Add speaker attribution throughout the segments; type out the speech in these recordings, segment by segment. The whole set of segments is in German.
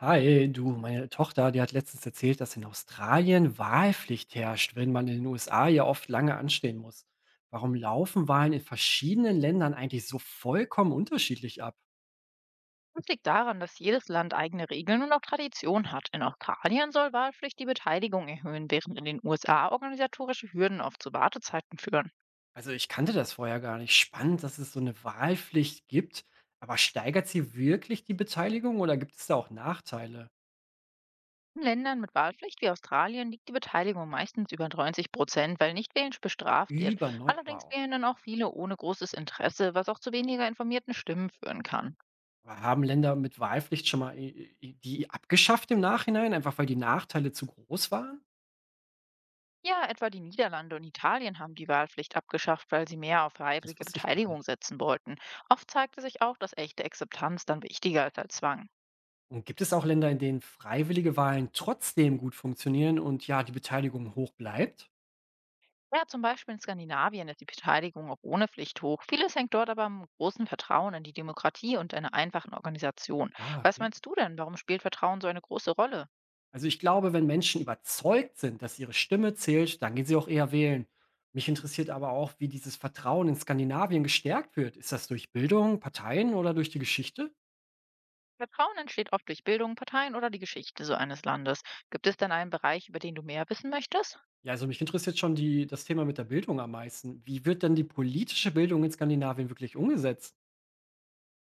Speaker 1: Hi, du, meine Tochter, die hat letztens erzählt, dass in Australien Wahlpflicht herrscht, wenn man in den USA ja oft lange anstehen muss. Warum laufen Wahlen in verschiedenen Ländern eigentlich so vollkommen unterschiedlich ab?
Speaker 2: Das liegt daran, dass jedes Land eigene Regeln und auch Traditionen hat. In Australien soll Wahlpflicht die Beteiligung erhöhen, während in den USA organisatorische Hürden oft zu Wartezeiten führen.
Speaker 1: Also ich kannte das vorher gar nicht. Spannend, dass es so eine Wahlpflicht gibt, aber steigert sie wirklich die Beteiligung oder gibt es da auch Nachteile?
Speaker 2: In Ländern mit Wahlpflicht wie Australien liegt die Beteiligung meistens über 90%, weil Nichtwählen bestraft wird.
Speaker 1: Über neu.
Speaker 2: Allerdings
Speaker 1: Wow.
Speaker 2: wählen dann auch viele ohne großes Interesse, was auch zu weniger informierten Stimmen führen kann.
Speaker 1: Aber haben Länder mit Wahlpflicht schon mal die abgeschafft im Nachhinein, einfach weil die Nachteile zu groß waren?
Speaker 2: Ja, etwa die Niederlande und Italien haben die Wahlpflicht abgeschafft, weil sie mehr auf
Speaker 1: Das
Speaker 2: freiwillige
Speaker 1: wusste ich gar
Speaker 2: Beteiligung
Speaker 1: nicht.
Speaker 2: setzen wollten. Oft zeigte sich auch, dass echte Akzeptanz dann wichtiger ist als Zwang.
Speaker 1: Und gibt es auch Länder, in denen freiwillige Wahlen trotzdem gut funktionieren und ja, die Beteiligung hoch bleibt?
Speaker 2: Ja, zum Beispiel in Skandinavien ist die Beteiligung auch ohne Pflicht hoch. Vieles hängt dort aber am großen Vertrauen in die Demokratie und einer einfachen Organisation.
Speaker 1: Ah,
Speaker 2: Was
Speaker 1: okay.
Speaker 2: meinst du denn, warum spielt Vertrauen so eine große Rolle?
Speaker 1: Also ich glaube, wenn Menschen überzeugt sind, dass ihre Stimme zählt, dann gehen sie auch eher wählen. Mich interessiert aber auch, wie dieses Vertrauen in Skandinavien gestärkt wird. Ist das durch Bildung, Parteien oder durch die Geschichte?
Speaker 2: Vertrauen entsteht oft durch Bildung, Parteien oder die Geschichte so eines Landes. Gibt es denn einen Bereich, über den du mehr wissen möchtest?
Speaker 1: Ja, also mich interessiert schon das Thema mit der Bildung am meisten. Wie wird denn die politische Bildung in Skandinavien wirklich umgesetzt?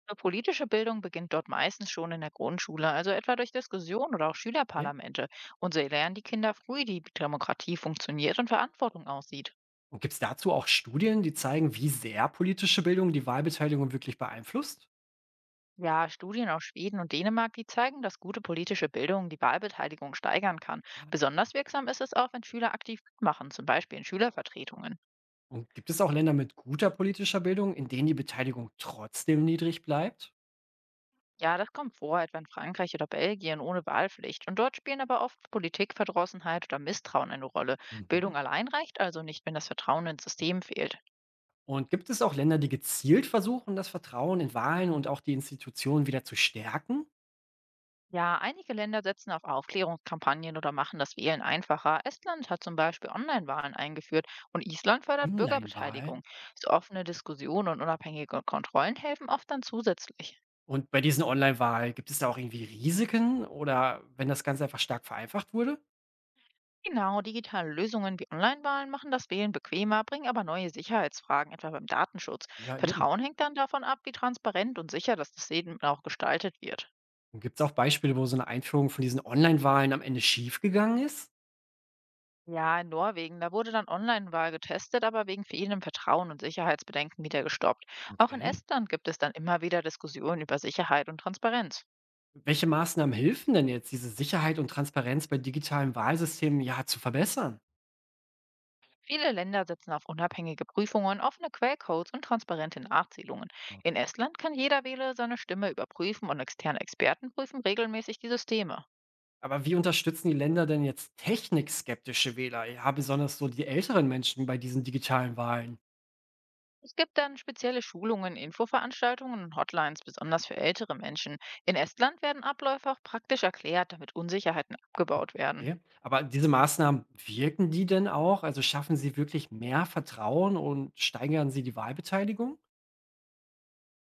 Speaker 2: Eine politische Bildung beginnt dort meistens schon in der Grundschule, also etwa durch Diskussionen oder auch
Speaker 1: Okay.
Speaker 2: Schülerparlamente. Und so lernen die Kinder früh, wie Demokratie funktioniert und Verantwortung aussieht.
Speaker 1: Und gibt es dazu auch Studien, die zeigen, wie sehr politische Bildung die Wahlbeteiligung wirklich beeinflusst?
Speaker 2: Ja, Studien aus Schweden und Dänemark, die zeigen, dass gute politische Bildung die Wahlbeteiligung steigern kann. Besonders wirksam ist es auch, wenn Schüler aktiv mitmachen, zum Beispiel in Schülervertretungen.
Speaker 1: Und gibt es auch Länder mit guter politischer Bildung, in denen die Beteiligung trotzdem niedrig bleibt?
Speaker 2: Ja, das kommt vor, etwa in Frankreich oder Belgien ohne Wahlpflicht. Und dort spielen aber oft Politikverdrossenheit oder Misstrauen eine Rolle.
Speaker 1: Mhm.
Speaker 2: Bildung allein reicht also nicht, wenn das Vertrauen ins System fehlt.
Speaker 1: Und gibt es auch Länder, die gezielt versuchen, das Vertrauen in Wahlen und auch die Institutionen wieder zu stärken?
Speaker 2: Ja, einige Länder setzen auf Aufklärungskampagnen oder machen das Wählen einfacher. Estland hat zum Beispiel Online-Wahlen eingeführt und Island fördert
Speaker 1: Online-Wahlen?
Speaker 2: Bürgerbeteiligung. So offene Diskussionen und unabhängige Kontrollen helfen oft dann zusätzlich.
Speaker 1: Und bei diesen Online-Wahlen gibt es da auch irgendwie Risiken oder wenn das Ganze einfach stark vereinfacht wurde?
Speaker 2: Genau, digitale Lösungen wie Online-Wahlen machen das Wählen bequemer, bringen aber neue Sicherheitsfragen, etwa beim Datenschutz.
Speaker 1: Ja, eben.
Speaker 2: Vertrauen hängt dann davon ab, wie transparent und sicher das Leben auch gestaltet wird.
Speaker 1: Und gibt es auch Beispiele, wo so eine Einführung von diesen Online-Wahlen am Ende schiefgegangen ist?
Speaker 2: Ja, in Norwegen. Da wurde dann Online-Wahl getestet, aber wegen fehlendem Vertrauen und Sicherheitsbedenken wieder gestoppt. Auch in
Speaker 1: Okay.
Speaker 2: Estland gibt es dann immer wieder Diskussionen über Sicherheit und Transparenz.
Speaker 1: Welche Maßnahmen helfen denn jetzt, diese Sicherheit und Transparenz bei digitalen Wahlsystemen ja zu verbessern?
Speaker 2: Viele Länder setzen auf unabhängige Prüfungen, offene Quellcodes und transparente Nachzählungen. In Estland kann jeder Wähler seine Stimme überprüfen und externe Experten prüfen regelmäßig die Systeme.
Speaker 1: Aber wie unterstützen die Länder denn jetzt technikskeptische Wähler? Ja, besonders so die älteren Menschen bei diesen digitalen Wahlen.
Speaker 2: Es gibt dann spezielle Schulungen, Infoveranstaltungen und Hotlines, besonders für ältere Menschen. In Estland werden Abläufe auch praktisch erklärt, damit Unsicherheiten abgebaut werden.
Speaker 1: Okay. Aber diese Maßnahmen, wirken die denn auch? Also schaffen sie wirklich mehr Vertrauen und steigern sie die Wahlbeteiligung?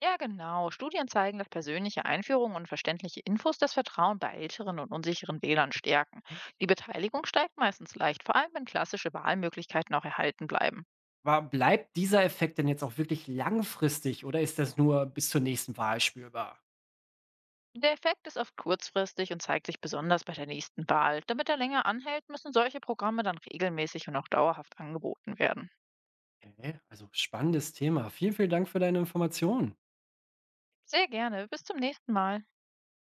Speaker 2: Ja, genau. Studien zeigen, dass persönliche Einführungen und verständliche Infos das Vertrauen bei älteren und unsicheren Wählern stärken. Die Beteiligung steigt meistens leicht, vor allem wenn klassische Wahlmöglichkeiten auch erhalten bleiben.
Speaker 1: Aber bleibt dieser Effekt denn jetzt auch wirklich langfristig oder ist das nur bis zur nächsten Wahl spürbar?
Speaker 2: Der Effekt ist oft kurzfristig und zeigt sich besonders bei der nächsten Wahl. Damit er länger anhält, müssen solche Programme dann regelmäßig und auch dauerhaft angeboten werden.
Speaker 1: Okay, also spannendes Thema. Vielen, vielen Dank für deine Informationen.
Speaker 2: Sehr gerne. Bis zum nächsten Mal.